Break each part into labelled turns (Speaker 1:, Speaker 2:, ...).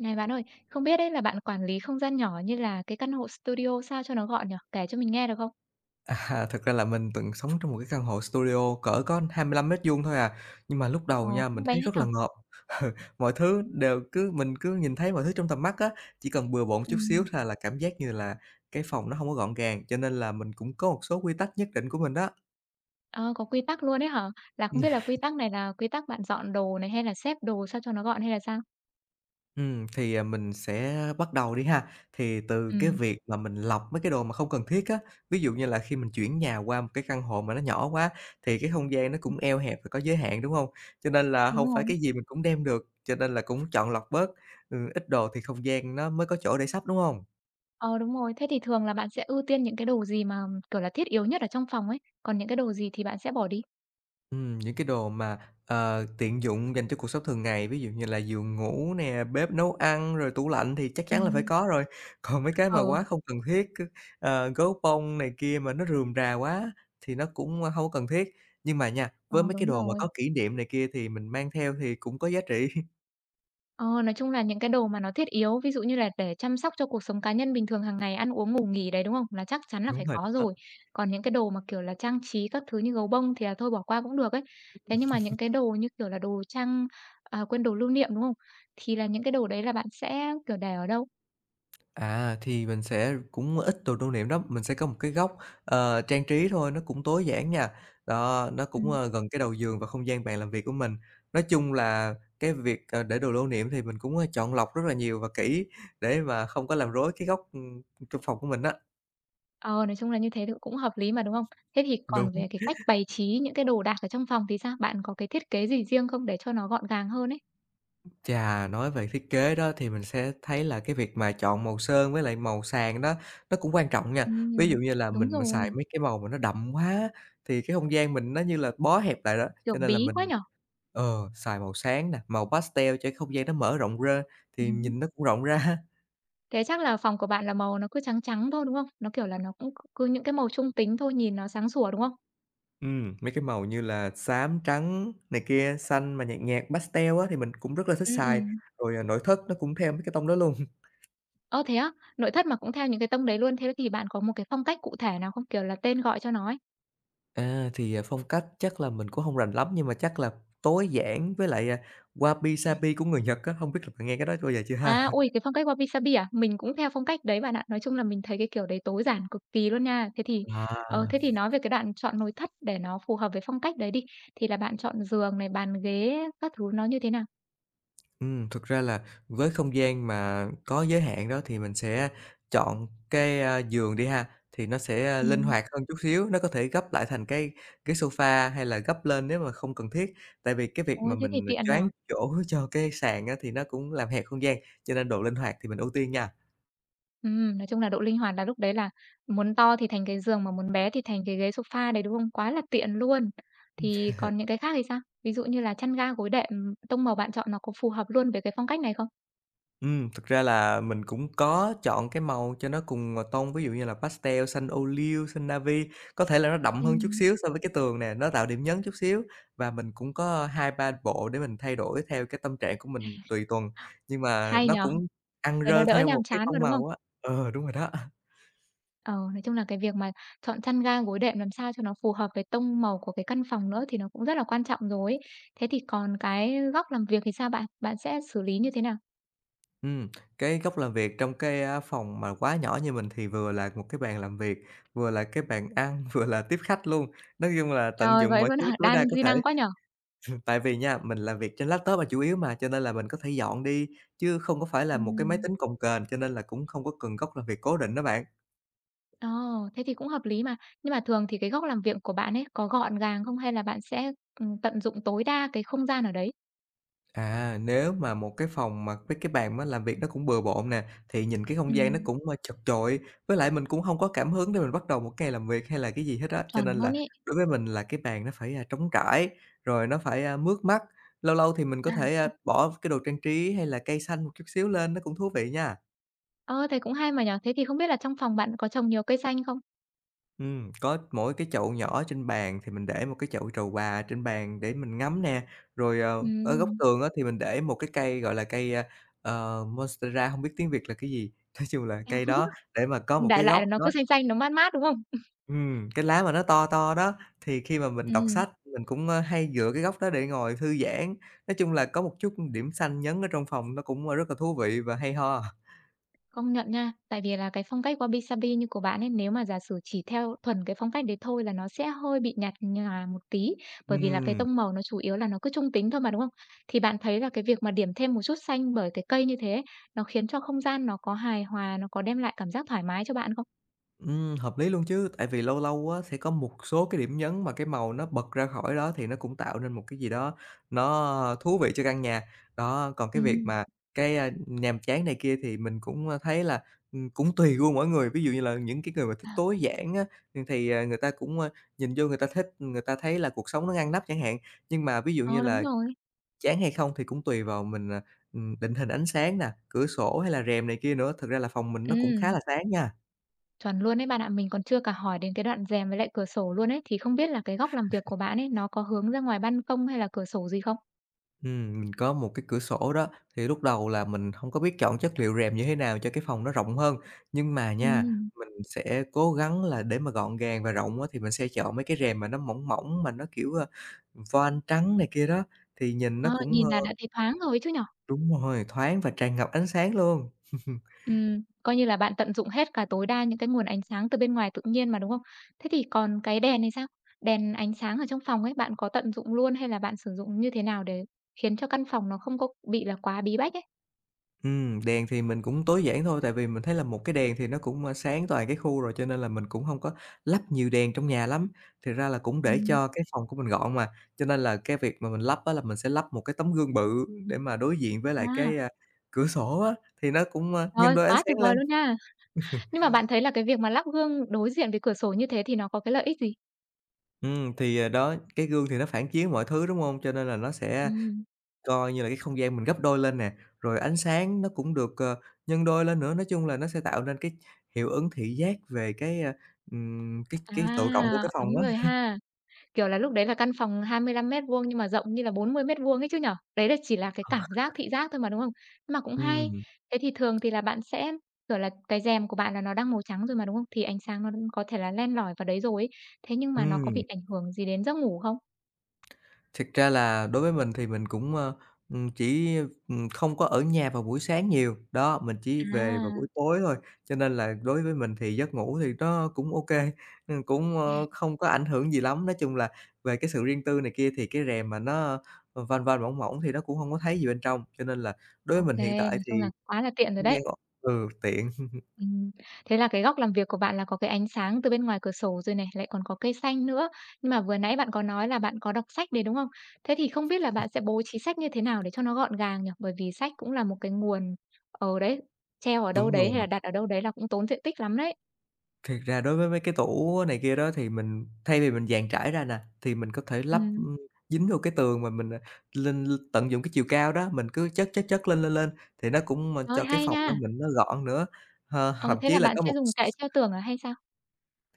Speaker 1: Này bạn ơi, không biết đấy là bạn quản lý không gian nhỏ như là cái căn hộ studio sao cho nó gọn nhỉ? Kể cho mình nghe được không?
Speaker 2: Thật ra là mình từng sống trong một cái căn hộ studio cỡ có 25 mét vuông thôi à, nhưng mà lúc
Speaker 1: Ờ,
Speaker 2: đầu nha, mình
Speaker 1: cũng bé
Speaker 2: thấy
Speaker 1: nhỉ?
Speaker 2: rất là ngợp. Mọi thứ đều mình cứ nhìn thấy mọi thứ trong tầm mắt á, chỉ cần bừa bộn chút xíu
Speaker 1: Ừm.
Speaker 2: là cảm giác như là cái phòng nó không có gọn gàng, cho nên là mình cũng có một số quy tắc nhất định của mình đó.
Speaker 1: Ờ, có quy tắc luôn đấy hả? Là không biết là quy tắc này là quy tắc bạn dọn đồ này hay là xếp đồ sao cho nó gọn hay là sao?
Speaker 2: Mình sẽ bắt đầu đi ha. Thì từ cái
Speaker 1: Ừm.
Speaker 2: việc mà mình lọc mấy cái đồ mà không cần thiết á, ví dụ như là khi mình chuyển nhà qua một cái căn hộ mà nó nhỏ quá thì cái không gian nó cũng eo hẹp và có giới hạn, đúng hông? Cho nên là
Speaker 1: Đúng
Speaker 2: hông phải
Speaker 1: rồi.
Speaker 2: cái gì mình cũng đem được, cho nên là cũng chọn lọc bớt, ừ, ít đồ thì không gian nó mới có chỗ để sắp đúng hông?
Speaker 1: Ờ, đúng rồi. Thế thì thường là bạn sẽ ưu tiên những cái đồ gì mà, kiểu là, thiết yếu nhất ở trong phòng ấy, còn những cái đồ gì thì bạn sẽ bỏ đi?
Speaker 2: Những cái đồ mà, tiện dụng dành cho cuộc sống thường ngày, ví dụ như là giường ngủ nè, bếp nấu ăn, rồi tủ lạnh thì chắc chắn là phải
Speaker 1: Ừm.
Speaker 2: có rồi. Còn mấy cái mà
Speaker 1: Ờ.
Speaker 2: quá không cần thiết, gấu bông này kia mà nó rườm rà quá thì nó cũng, không có cần thiết. Nhưng mà nha,
Speaker 1: Ờ,
Speaker 2: với mấy cái
Speaker 1: đúng
Speaker 2: đồ mà
Speaker 1: rồi.
Speaker 2: có kỷ niệm này kia thì mình mang theo thì cũng có giá trị.
Speaker 1: Ờ, nói chung là những cái đồ mà nó thiết yếu, ví dụ như là để chăm sóc cho cuộc sống cá nhân bình thường hàng ngày, ăn uống, ngủ nghỉ đấy, đúng không? Là chắc chắn là
Speaker 2: Đúng
Speaker 1: phải
Speaker 2: rồi
Speaker 1: có
Speaker 2: đó.
Speaker 1: rồi. Còn những cái đồ mà, kiểu là, trang trí các thứ như gấu bông thì là thôi bỏ qua cũng được ấy. Thế nhưng mà những cái đồ như, kiểu là, đồ trang à, quên, đồ lưu niệm, đúng không? Thì là những cái đồ đấy là bạn sẽ, kiểu, để ở đâu?
Speaker 2: Thì mình sẽ cũng ít đồ lưu niệm lắm, mình sẽ có một cái góc, trang trí thôi, nó cũng tối giản nha. Đó, nó cũng,
Speaker 1: Ừm,
Speaker 2: gần cái đầu giường và không gian bàn làm việc của mình. Nói chung là cái việc, để đồ lưu niệm thì mình cũng, chọn lọc rất là nhiều và kỹ để mà không có làm rối cái góc, trong phòng của mình á.
Speaker 1: ờ, nói chung là như thế thì cũng hợp lý mà, đúng không? Thế thì
Speaker 2: Đúng.
Speaker 1: còn về cái cách bày trí những cái đồ đạc ở trong phòng thì sao? Bạn có cái thiết kế gì riêng không để cho nó gọn gàng hơn ấy?
Speaker 2: Chà, nói về thiết kế đó thì mình sẽ thấy là cái việc mà chọn màu sơn với lại màu sàn đó nó cũng quan trọng nha. Ví dụ
Speaker 1: Ừm,
Speaker 2: như là
Speaker 1: đúng
Speaker 2: mình mà xài
Speaker 1: rồi,
Speaker 2: mấy cái màu mà nó đậm quá thì cái không gian mình nó như là bó hẹp lại đó,
Speaker 1: kiểu
Speaker 2: cho nên là
Speaker 1: bí quá
Speaker 2: mình.
Speaker 1: nhở.
Speaker 2: Ờ, xài màu sáng nè, màu pastel cho cái không gian nó mở rộng ra thì nhìn nó cũng rộng ra.
Speaker 1: Thế chắc là phòng của bạn là màu nó cứ trắng trắng thôi, đúng không? Nó, kiểu là, nó cũng cứ những cái màu trung tính thôi, nhìn nó sáng sủa, đúng không?
Speaker 2: Mấy cái màu như là xám, trắng này kia, xanh mà nhạt nhạt pastel á thì mình cũng rất là thích
Speaker 1: Ừ, ừ.
Speaker 2: xài, rồi, nội thất nó cũng theo mấy cái tông đó luôn.
Speaker 1: Ơ, thế á? Nội thất mà cũng theo những cái tông đấy luôn, thế thì bạn có một cái phong cách cụ thể nào không? Kiểu là, tên gọi cho nó ấy.
Speaker 2: Phong cách chắc là mình cũng hông rành lắm nhưng mà chắc là tối giản với lại, wabi-sabi của người Nhật á, hông biết là bạn nghe cái đó bao giờ chưa ha?
Speaker 1: À, ôi, cái phong cách wabi sabi à? Mình cũng theo phong cách đấy bạn ạ. Nói chung là mình thấy cái kiểu đấy tối giản cực kỳ luôn nha. Thế thì ờ,
Speaker 2: À.
Speaker 1: thế thì nói về cái đoạn chọn nội thất để nó phù hợp với phong cách đấy đi, thì là bạn chọn giường này, bàn ghế các thứ nó như thế nào?
Speaker 2: Thực ra là với không gian mà có giới hạn đó thì mình sẽ chọn cái, giường đi ha, thì nó sẽ,
Speaker 1: Ừ.
Speaker 2: linh hoạt hơn chút xíu, nó có thể gấp lại thành cái sofa hay là gấp lên nếu mà không cần thiết. Tại vì cái việc mà
Speaker 1: Ôi, thế thì
Speaker 2: mình,
Speaker 1: tiện nhỉ?
Speaker 2: choán chỗ cho cái sàn á thì nó cũng làm hẹp không gian, cho nên độ linh hoạt thì mình ưu tiên nha.
Speaker 1: Nói chung là độ linh hoạt là lúc đấy là muốn to thì thành cái giường mà muốn bé thì thành cái ghế sofa đấy, đúng không? Quá là tiện luôn. Thì còn những cái khác thì sao? Ví dụ như là chăn ga, gối đệm, tông màu bạn chọn nó có phù hợp luôn với cái phong cách này không?
Speaker 2: Thực ra là mình cũng có chọn cái màu cho nó cùng, tông, ví dụ như là pastel, xanh ô liu, xanh navy, có thể là nó đậm hơn chút
Speaker 1: Ừm.
Speaker 2: xíu so với cái tường nè, nó tạo điểm nhấn chút xíu. Và mình cũng có hai ba bộ để mình thay đổi theo cái tâm trạng của mình tùy tuần, nhưng mà
Speaker 1: Hay
Speaker 2: nó
Speaker 1: nhỉ?
Speaker 2: cũng ăn
Speaker 1: Thế nó
Speaker 2: rơ
Speaker 1: đỡ
Speaker 2: theo một
Speaker 1: nhàm
Speaker 2: cái
Speaker 1: chán mà,
Speaker 2: tông
Speaker 1: đúng không?
Speaker 2: màu á. Ờ, đúng rồi đó.
Speaker 1: Ờ, nói chung là cái việc mà chọn chăn ga, gối đệm làm sao cho nó phù hợp với tông màu của cái căn phòng nữa thì nó cũng rất là quan trọng rồi ấy. Thế thì còn cái góc làm việc thì sao bạn? Bạn sẽ xử lý như thế nào?
Speaker 2: Ừm, cái góc làm việc trong cái, phòng mà quá nhỏ như mình thì vừa là một cái bàn làm việc, vừa là cái bàn ăn, vừa là tiếp khách luôn, nói chung là tận
Speaker 1: Trời,
Speaker 2: dụng
Speaker 1: vậy
Speaker 2: mọi
Speaker 1: luôn
Speaker 2: thứ
Speaker 1: hả?
Speaker 2: tối
Speaker 1: Đa
Speaker 2: đa có
Speaker 1: duy
Speaker 2: thể.
Speaker 1: năng quá nhở.
Speaker 2: Tại vì nha, mình làm việc trên laptop là chủ yếu mà, cho nên là mình có thể dọn đi, chứ không có phải là một cái máy
Speaker 1: Ừm.
Speaker 2: tính cồng kềnh, cho nên là cũng không có cần góc làm việc cố định đó bạn.
Speaker 1: Ờ, thế thì cũng hợp lý mà. Nhưng mà thường thì cái góc làm việc của bạn ấy có gọn gàng không? Hay là bạn sẽ, tận dụng tối đa cái không gian ở đấy?
Speaker 2: Nếu mà một cái phòng mà với cái bàn á làm việc nó cũng bừa bộn nè, thì nhìn cái không gian nó
Speaker 1: Ừm,
Speaker 2: cũng, chật chội, với lại mình cũng không có cảm hứng để mình bắt đầu một ngày làm việc hay là cái gì hết á. Cho
Speaker 1: chuẩn
Speaker 2: nên
Speaker 1: luôn
Speaker 2: là
Speaker 1: ý.
Speaker 2: đối với mình là cái bàn nó phải, trống trải, rồi nó phải, mướt mắt, lâu lâu thì mình có
Speaker 1: À.
Speaker 2: thể, bỏ cái đồ trang trí hay là cây xanh một chút xíu lên, nó cũng thú vị nha.
Speaker 1: Ờ, thế cũng hay mà nhỉ? Thế thì không biết là trong phòng bạn có trồng nhiều cây xanh không?
Speaker 2: Có mỗi cái chậu nhỏ trên bàn thì mình để một cái chậu trầu bà trên bàn để mình ngắm nè, rồi, ở góc
Speaker 1: Ừm.
Speaker 2: tường á thì mình để một cái cây, gọi là, cây, Monstera, hông biết tiếng Việt là cái gì, nói chung là cây đó để mà có một
Speaker 1: Đại
Speaker 2: cái
Speaker 1: loại
Speaker 2: góc
Speaker 1: là nó cứ
Speaker 2: đó.
Speaker 1: xanh xanh, nó mát mát, đúng không?
Speaker 2: Ừm, cái lá mà nó to to đó, thì khi mà mình đọc
Speaker 1: Ừm.
Speaker 2: sách mình cũng, hay dựa cái góc đó để ngồi thư giãn. Nói chung là có một chút điểm xanh nhấn ở trong phòng nó cũng, rất là thú vị và hay ho.
Speaker 1: Công nhận nha, tại vì là cái phong cách wabi-sabi như của bạn ấy, nếu mà giả sử chỉ theo thuần cái phong cách đấy thôi là nó sẽ hơi bị nhạt nhòa một tí, bởi vì là cái
Speaker 2: Ừm.
Speaker 1: tông màu nó chủ yếu là nó cứ trung tính thôi mà, đúng không? Thì bạn thấy là cái việc mà điểm thêm một chút xanh bởi cái cây như thế ấy, nó khiến cho không gian nó có hài hòa, nó có đem lại cảm giác thoải mái cho bạn không?
Speaker 2: Hợp lý luôn chứ, tại vì lâu lâu á sẽ có một số cái điểm nhấn mà cái màu nó bật ra khỏi đó thì nó cũng tạo nên một cái gì đó nó thú vị cho căn nhà. Đó, còn
Speaker 1: Ừ,
Speaker 2: cái việc mà cái, nhàm chán này kia thì mình cũng, thấy là, cũng tùy gu mỗi người. Ví dụ như là những cái người mà thích
Speaker 1: à,
Speaker 2: tối giản á, người ta cũng, nhìn vô người ta thích, người ta thấy là cuộc sống nó ngăn nắp chẳng hạn. Nhưng mà ví dụ như
Speaker 1: ờ, đúng
Speaker 2: là
Speaker 1: rồi.
Speaker 2: chán hay không thì cũng tùy vào mình, định hình ánh sáng nè, cửa sổ hay là rèm này kia nữa. Thực ra là phòng mình
Speaker 1: Ừ,
Speaker 2: nó cũng khá là sáng nha.
Speaker 1: chuẩn luôn ấy bạn ạ. Mình còn chưa cả hỏi đến cái đoạn rèm với lại cửa sổ luôn ấy, thì không biết là cái góc làm việc của bạn ấy, nó có hướng ra ngoài ban công hay là cửa sổ gì không?
Speaker 2: Mình có một cái cửa sổ đó, thì lúc đầu là mình hông có biết chọn chất liệu rèm như thế nào cho cái phòng nó rộng hơn, nhưng mà
Speaker 1: Ừ.
Speaker 2: nha, mình sẽ cố gắng là để mà gọn gàng và rộng á, thì mình sẽ chọn mấy cái rèm mà nó mỏng mỏng, mà nó, kiểu, voan trắng này kia đó, thì nhìn nó
Speaker 1: Đó,
Speaker 2: cũng,
Speaker 1: nhìn
Speaker 2: ơ.
Speaker 1: là đã thấy thoáng rồi ấy chứ nhỉ?
Speaker 2: Đúng rồi, thoáng và tràn ngập ánh sáng luôn.
Speaker 1: Coi như là bạn tận dụng hết cả tối đa những cái nguồn ánh sáng từ bên ngoài tự nhiên mà, đúng không? Thế thì còn cái đèn này sao? Đèn ánh sáng ở trong phòng ấy, bạn có tận dụng luôn hay là bạn sử dụng như thế nào để khiến cho căn phòng nó không có bị là quá bí bách ấy?
Speaker 2: Đèn thì mình cũng tối giản thôi, tại vì mình thấy là một cái đèn thì nó cũng, sáng toàn cái khu rồi, cho nên là mình cũng hông có lắp nhiều đèn trong nhà lắm. Thiệt ra là cũng để
Speaker 1: Ừm.
Speaker 2: cho cái phòng của mình gọn mà, cho nên là cái việc mà mình lắp á là mình sẽ lắp một cái tấm gương bự để mà đối diện với lại
Speaker 1: À,
Speaker 2: cái, cửa sổ á, thì nó cũng, nhân
Speaker 1: rồi
Speaker 2: đôi ánh
Speaker 1: quá tuyệt
Speaker 2: sáng
Speaker 1: vời
Speaker 2: lên.
Speaker 1: luôn nha! Nhưng mà bạn thấy là cái việc mà lắp gương đối diện với cửa sổ như thế thì nó có cái lợi ích gì?
Speaker 2: Cái gương thì nó phản chiếu mọi thứ, đúng hông? Cho nên là nó sẽ.
Speaker 1: Ừm.
Speaker 2: Coi như là cái không gian mình gấp đôi lên nè, rồi ánh sáng nó cũng được, nhân đôi lên nữa. Nói chung là nó sẽ tạo nên cái hiệu ứng thị giác về cái, cái độ rộng của cái
Speaker 1: À,
Speaker 2: phòng
Speaker 1: đúng rồi
Speaker 2: á.
Speaker 1: ha. Kiểu là, lúc đấy là căn phòng 25 mét vuông nhưng mà rộng như là 40 mét vuông ấy chứ nhỉ? Đấy là chỉ là cái cảm giác thị giác thôi mà, đúng không? Nhưng mà cũng hay.
Speaker 2: Ừm,
Speaker 1: Thế thì thường thì là bạn sẽ, kiểu là, cái rèm của bạn là nó đang màu trắng rồi mà, đúng không? Thì ánh sáng nó có thể là len lỏi vào đấy rồi ấy. Thế nhưng mà nó có
Speaker 2: ừm.
Speaker 1: bị ảnh hưởng gì đến giấc ngủ không?
Speaker 2: Thực ra là đối với mình thì mình cũng, ừm, chỉ, không có ở nhà vào buổi sáng nhiều, đó, mình chỉ về vào
Speaker 1: À,
Speaker 2: buổi tối thôi, cho nên là đối với mình thì giấc ngủ thì nó cũng ok kê, cũng, không có ảnh hưởng gì lắm. Nói chung là về cái sự riêng tư này kia thì cái rèm mà nó, van van mỏng mỏng thì nó cũng không có thấy gì bên trong, cho nên là đối với mình
Speaker 1: ok,
Speaker 2: hiện tại
Speaker 1: nói chung
Speaker 2: thì
Speaker 1: là quá là tiện rồi
Speaker 2: cũng đang
Speaker 1: đấy.
Speaker 2: ổn. Ừ, tiện.
Speaker 1: Ừm, thế là cái góc làm việc của bạn là có cái ánh sáng từ bên ngoài cửa sổ rồi này, lại còn có cây xanh nữa. Nhưng mà vừa nãy bạn có nói là bạn có đọc sách đấy, đúng không? Thế thì không biết là bạn sẽ bố trí sách như thế nào để cho nó gọn gàng nhỉ? Bởi vì sách cũng là một cái nguồn ở đấy, treo ở đâu
Speaker 2: Đúng
Speaker 1: đấy
Speaker 2: rồi.
Speaker 1: hay là đặt ở đâu đấy là cũng tốn diện tích lắm đấy.
Speaker 2: Thiệt ra đối với mấy cái tủ này kia đó thì mình thay vì mình dàn trải ra nè, thì mình có thể
Speaker 1: Ừ,
Speaker 2: lắp, dính vô cái tường mà mình, lên tận dụng cái chiều cao đó, mình cứ chất lên thì nó cũng,
Speaker 1: thôi
Speaker 2: cho cái
Speaker 1: hay
Speaker 2: phòng đó
Speaker 1: nha!
Speaker 2: mình nó gọn nữa. Ờ,
Speaker 1: Ờ,
Speaker 2: thậm
Speaker 1: thế
Speaker 2: chí
Speaker 1: là
Speaker 2: là
Speaker 1: bạn
Speaker 2: có
Speaker 1: sẽ
Speaker 2: một
Speaker 1: dùng kệ treo tường à hay sao?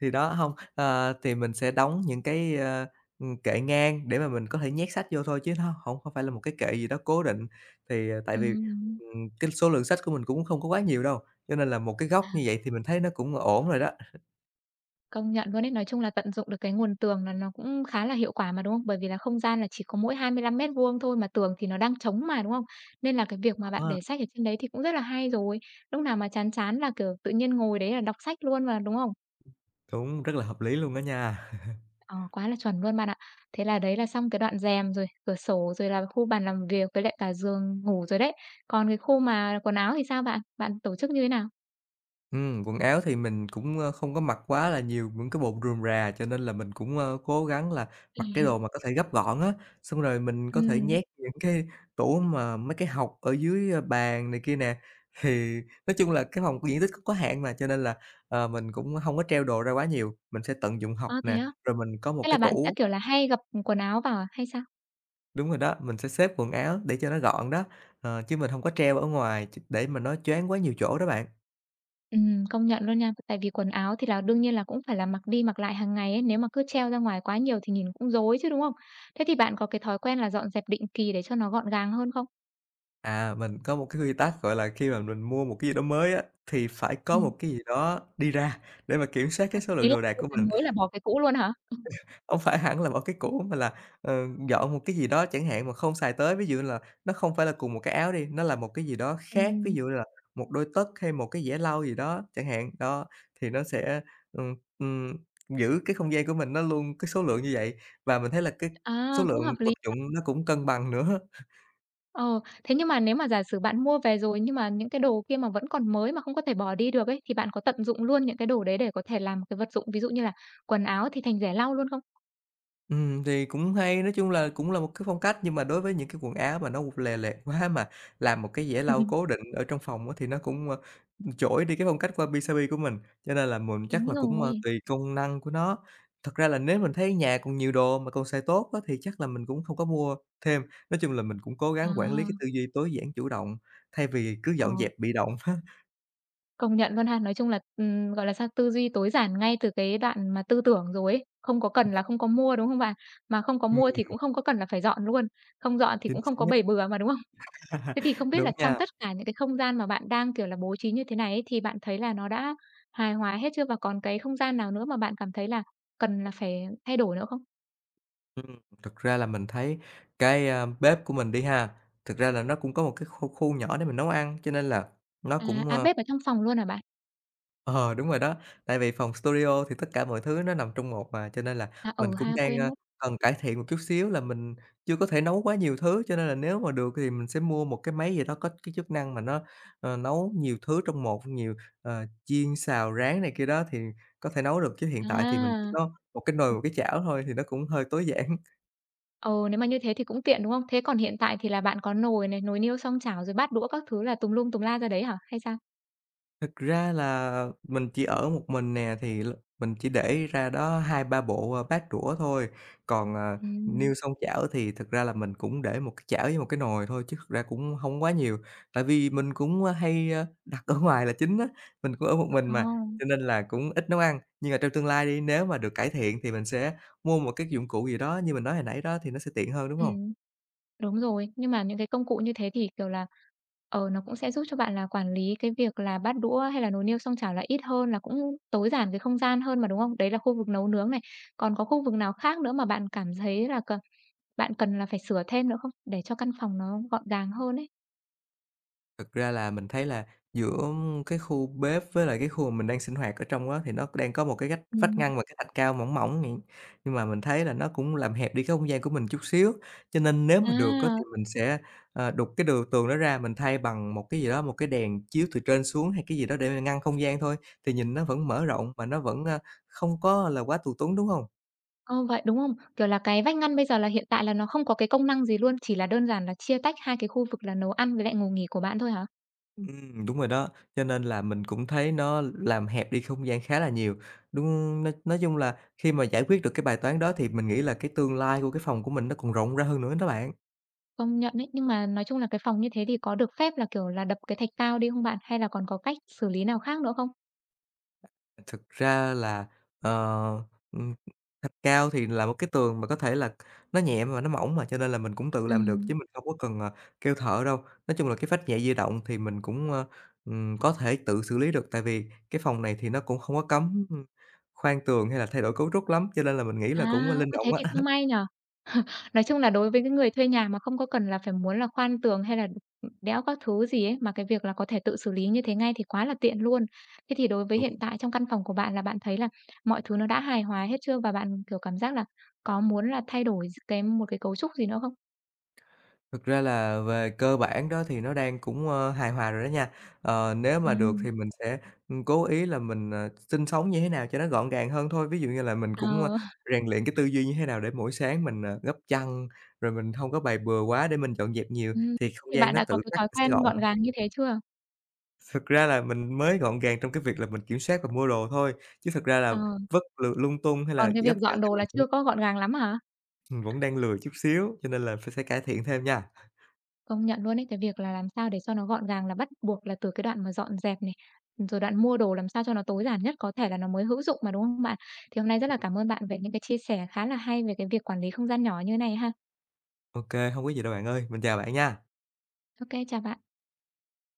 Speaker 2: thì đó, không ờ, thì mình sẽ đóng những cái, kệ ngang để mà mình có thể nhét sách vô thôi chứ nó không phải là một cái kệ gì đó cố định. Thì, tại
Speaker 1: Ừ.
Speaker 2: vì, cái số lượng sách của mình cũng không có quá nhiều đâu, cho nên là một cái góc như vậy thì mình thấy nó cũng ổn rồi.
Speaker 1: Công nhận luôn ấy, nói chung là tận dụng được cái nguồn tường là nó cũng khá là hiệu quả mà, đúng không? Bởi vì là không gian là chỉ có mỗi 25 mét vuông thôi mà tường thì nó đang trống mà, đúng không? Nên là cái việc mà bạn
Speaker 2: Đó.
Speaker 1: để sách ở trên đấy thì cũng rất là hay rồi. Lúc nào mà chán chán là, kiểu, tự nhiên ngồi đấy là đọc sách luôn mà, đúng không?
Speaker 2: Đúng, rất là hợp lý luôn đó nha.
Speaker 1: Ờ, quá là chuẩn luôn bạn ạ. Thế là đấy là xong cái đoạn rèm rồi, cửa sổ rồi là khu bàn làm việc với lại cả giường ngủ rồi đấy. Còn cái khu mà quần áo thì sao bạn? Bạn tổ chức như thế nào?
Speaker 2: Quần áo thì mình cũng, không có mặc quá là nhiều những cái bộ rườm rà, cho nên là mình cũng, cố gắng là mặc cái đồ mà có thể gấp gọn á, xong rồi mình
Speaker 1: Ừ.
Speaker 2: có thể nhét những cái tủ mà mấy cái hộc ở dưới, bàn này kia nè. Thì nói chung là cái phòng diện tích cũng có hạn mà, cho nên là, mình cũng không có treo đồ ra quá nhiều, mình sẽ tận dụng
Speaker 1: Ơ,
Speaker 2: hộc
Speaker 1: thế
Speaker 2: nè,
Speaker 1: á?
Speaker 2: rồi mình có một
Speaker 1: Thế là
Speaker 2: cái
Speaker 1: bạn sẽ,
Speaker 2: tủ.
Speaker 1: kiểu là, hay gập quần áo vào à, hay sao?
Speaker 2: Đúng rồi đó, mình sẽ xếp quần áo để cho nó gọn đó, ờ, chứ mình không có treo ở ngoài để mà nó choáng quá nhiều chỗ đó bạn.
Speaker 1: Công nhận luôn nha. Tại vì quần áo thì là đương nhiên là cũng phải là mặc đi mặc lại hàng ngày ấy, nếu mà cứ treo ra ngoài quá nhiều thì nhìn cũng rối chứ, đúng không? Thế thì bạn có cái thói quen là dọn dẹp định kỳ để cho nó gọn gàng hơn không?
Speaker 2: À, mình có một cái quy tắc, gọi là, khi mà mình mua một cái gì đó mới á, thì phải có
Speaker 1: Ừm.
Speaker 2: một cái gì đó đi ra để mà kiểm soát
Speaker 1: À,
Speaker 2: cái số lượng
Speaker 1: ý là
Speaker 2: đồ đạc
Speaker 1: mua
Speaker 2: của
Speaker 1: cái
Speaker 2: mình.
Speaker 1: mới là bỏ cái cũ luôn hả?
Speaker 2: Không phải hẳn là một cái cũ mà là, ờ, dọn một cái gì đó chẳng hạn mà không xài tới, ví dụ là nó không phải là cùng một cái áo đi, nó là một cái gì đó khác, ví
Speaker 1: Ừm.
Speaker 2: dụ là một đôi tất hay một cái giẻ lau gì đó chẳng hạn. Đó, thì nó sẽ, ừm, ừm, giữ cái không gian của mình nó luôn cái số lượng như vậy, và mình thấy là cái số
Speaker 1: À, cũng
Speaker 2: lượng
Speaker 1: hợp
Speaker 2: vật
Speaker 1: lý.
Speaker 2: dụng nó cũng cân bằng nữa.
Speaker 1: Ờ, thế nhưng mà nếu mà giả sử bạn mua về rồi nhưng mà những cái đồ kia mà vẫn còn mới mà không có thể bỏ đi được ấy, thì bạn có tận dụng luôn những cái đồ đấy để có thể làm một cái vật dụng, ví dụ như là quần áo thì thành rẻ lau luôn không?
Speaker 2: Thì cũng hay, nói chung là cũng là một cái phong cách, nhưng mà đối với những cái quần áo mà nó lè loẹt quá mà làm một cái giẻ lau cố định ở trong phòng á, thì nó cũng, chổi đi cái phong cách wabi-sabi của mình, cho nên là mình chắc
Speaker 1: Đúng
Speaker 2: là cũng,
Speaker 1: rồi.
Speaker 2: tùy công năng của nó. Thật ra là nếu mình thấy nhà còn nhiều đồ mà còn xài tốt á, thì chắc là mình cũng không có mua thêm. Nói chung là mình cũng cố
Speaker 1: À,
Speaker 2: gắng quản lý cái tư duy tối giản chủ động, thay vì cứ
Speaker 1: ờ.
Speaker 2: dọn dẹp bị động á.
Speaker 1: Công nhận luôn ha. Nói chung là, gọi là sao, tư duy tối giản ngay từ cái đoạn mà tư tưởng rồi ấy, không có cần là không có mua, đúng không bạn? Mà không có
Speaker 2: Ừm,
Speaker 1: mua thì cũng không có cần là phải dọn luôn, không dọn thì
Speaker 2: chính
Speaker 1: cũng không có
Speaker 2: xác.
Speaker 1: bể bừa mà, đúng không? Thế thì không biết
Speaker 2: Đúng
Speaker 1: là
Speaker 2: nha.
Speaker 1: trong tất cả những cái không gian mà bạn đang, kiểu là, bố trí như thế này ấy, thì bạn thấy là nó đã hài hòa hết chưa? Và còn cái không gian nào nữa mà bạn cảm thấy là cần là phải thay đổi nữa không?
Speaker 2: Thực ra là mình thấy cái, bếp của mình đi ha, thực ra là nó cũng có một cái khu khu nhỏ để mình nấu ăn, cho nên là nó
Speaker 1: À,
Speaker 2: cũng,
Speaker 1: à,
Speaker 2: ơ.
Speaker 1: bếp ở trong phòng luôn hả bạn?
Speaker 2: Ờ, đúng rồi đó, tại vì phòng studio thì tất cả mọi thứ nó nằm trong một mà, cho nên là
Speaker 1: À,
Speaker 2: mình
Speaker 1: ừ
Speaker 2: cũng
Speaker 1: ha,
Speaker 2: đang,
Speaker 1: quên mất.
Speaker 2: cần cải thiện một chút xíu là mình chưa có thể nấu quá nhiều thứ, cho nên là nếu mà được thì mình sẽ mua một cái máy gì đó có cái chức năng mà nó, nấu nhiều thứ trong một, nhiều, chiên, xào, rán này kia đó thì có thể nấu được, chứ hiện tại thì mình chỉ
Speaker 1: À!
Speaker 2: có một cái nồi, một cái chảo thôi thì nó cũng hơi tối giản.
Speaker 1: Ừ, nếu mà như thế thì cũng tiện, đúng không? Thế còn hiện tại thì là bạn có nồi này, nồi niêu xoong chảo rồi bát đũa các thứ là tùm lum tùm la ra đấy hả? Hay sao?
Speaker 2: Thực ra là mình chỉ ở một mình nè, thì mình chỉ để ra đó hai ba bộ, bát đũa thôi, còn, ờ,
Speaker 1: Ừm.
Speaker 2: niêu xoong chảo thì thực ra là mình cũng để một cái chảo với một cái nồi thôi chứ thực ra cũng không quá nhiều. Tại vì mình cũng, hay, đặt ở ngoài là chính á, mình cũng ở một mình
Speaker 1: Ờ,
Speaker 2: mà, cho nên là cũng ít nấu ăn. Nhưng mà trong tương lai đi, nếu mà được cải thiện thì mình sẽ mua một cái dụng cụ gì đó như mình nói hồi nãy đó thì nó sẽ tiện hơn, đúng không?
Speaker 1: ừm. Đúng rồi, nhưng mà những cái công cụ như thế thì, kiểu là, ờ, nó cũng sẽ giúp cho bạn là quản lý cái việc là bát đũa hay là nồi niêu xoong chảo là ít hơn, là cũng tối giản cái không gian hơn mà, đúng không? Đấy là khu vực nấu nướng này. Còn có khu vực nào khác nữa mà bạn cảm thấy là cần bạn cần là phải sửa thêm nữa không? Để cho căn phòng nó gọn gàng hơn ấy.
Speaker 2: Thực ra là mình thấy là giữa cái khu bếp với lại cái khu mà mình đang sinh hoạt ở trong á, thì nó đang có một cái gách vách
Speaker 1: Ừm.
Speaker 2: ngăn và cái thạch cao mỏng mỏng nhỉ. Nhưng mà mình thấy là nó cũng làm hẹp đi cái không gian của mình chút xíu, cho nên nếu mà được á,
Speaker 1: À.
Speaker 2: thì mình sẽ, đục cái đường tường đó ra, mình thay bằng một cái gì đó, một cái đèn chiếu từ trên xuống hay cái gì đó để mà ngăn không gian thôi, thì nhìn nó vẫn mở rộng mà nó vẫn, không có là quá tù túng, đúng không?
Speaker 1: Ờ, vậy, đúng không? Kiểu là, cái vách ngăn bây giờ là hiện tại là nó không có cái công năng gì luôn, chỉ là đơn giản là chia tách hai cái khu vực là nấu ăn với lại ngủ nghỉ của bạn thôi hả?
Speaker 2: Ừm, đúng rồi đó, cho nên là mình cũng thấy nó làm hẹp đi không gian khá là nhiều. Đúng, nói chung là khi mà giải quyết được cái bài toán đó thì mình nghĩ là cái tương lai của cái phòng của mình nó còn rộng ra hơn nữa đó bạn.
Speaker 1: Công nhận đấy nhưng mà nói chung là cái phòng như thế thì có được phép là, kiểu là, đập cái thạch cao đi không bạn? Hay là còn có cách xử lý nào khác nữa không?
Speaker 2: Thực ra là, ờ, ừm, thạch cao thì là một cái tường mà có thể là nó nhẹ mà nó mỏng mà, cho nên là mình cũng tự làm được chứ
Speaker 1: Ừm.
Speaker 2: mình không có cần, kêu thợ đâu. Nói chung là cái vách nhẹ di động thì mình cũng, có thể tự xử lý được, tại vì cái phòng này thì nó cũng không có cấm, khoan tường hay là thay đổi cấu trúc lắm, cho nên là mình nghĩ là
Speaker 1: À,
Speaker 2: cũng ờ, linh
Speaker 1: ơ,
Speaker 2: động
Speaker 1: thế thì
Speaker 2: á.
Speaker 1: cũng may nhỉ? Nói chung là đối với cái người thuê nhà mà không có cần là phải muốn là khoan tường hay là đẽo các thứ gì ấy, mà cái việc là có thể tự xử lý như thế ngay thì quá là tiện luôn. Thế thì đối với
Speaker 2: Đúng.
Speaker 1: hiện tại trong căn phòng của bạn là bạn thấy là mọi thứ nó đã hài hòa hết chưa? Và bạn, kiểu, cảm giác là có muốn là thay đổi d cái một cái cấu trúc gì nữa không?
Speaker 2: Thực ra là về cơ bản đó thì nó đang cũng, hài hòa rồi đó nha. Ờ, nếu mà được
Speaker 1: Ừm,
Speaker 2: thì mình sẽ, cố ý là mình, sinh sống như thế nào cho nó gọn gàng hơn thôi. Ví dụ như là mình cũng,
Speaker 1: ờ,
Speaker 2: rèn luyện cái tư duy như thế nào để mỗi sáng mình, gấp chăn, rồi mình không có bày bừa quá để mình dọn dẹp nhiều,
Speaker 1: ừm,
Speaker 2: thì
Speaker 1: thế
Speaker 2: không
Speaker 1: thì
Speaker 2: gian
Speaker 1: bạn
Speaker 2: nó
Speaker 1: đã có
Speaker 2: tự
Speaker 1: cái
Speaker 2: khắc
Speaker 1: thói
Speaker 2: sẽ
Speaker 1: quen
Speaker 2: gọn.
Speaker 1: gọn gàng như thế chưa?
Speaker 2: Thực ra là mình mới gọn gàng trong cái việc là mình kiểm soát và mua đồ thôi, chứ thực ra là
Speaker 1: Ờ,
Speaker 2: vất lượt lung tung hay là
Speaker 1: còn cái
Speaker 2: gấp
Speaker 1: việc
Speaker 2: chăn
Speaker 1: dọn
Speaker 2: thì
Speaker 1: đồ
Speaker 2: mình
Speaker 1: là
Speaker 2: cũng,
Speaker 1: chưa có gọn gàng lắm hả?
Speaker 2: vẫn đang lười chút xíu, cho nên là phải sẽ cải thiện thêm nha.
Speaker 1: Công nhận luôn ấy, cái việc là làm sao để cho nó gọn gàng là bắt buộc là từ cái đoạn mà dọn dẹp này, rồi đoạn mua đồ làm sao cho nó tối giản nhất có thể là nó mới hữu dụng mà, đúng không bạn? Thì hôm nay rất là cảm ơn bạn về những cái chia sẻ khá là hay về cái việc quản lý không gian nhỏ như này ha.
Speaker 2: OK, không có gì đâu bạn ơi, mình chào bạn nha.
Speaker 1: Ok, chào bạn.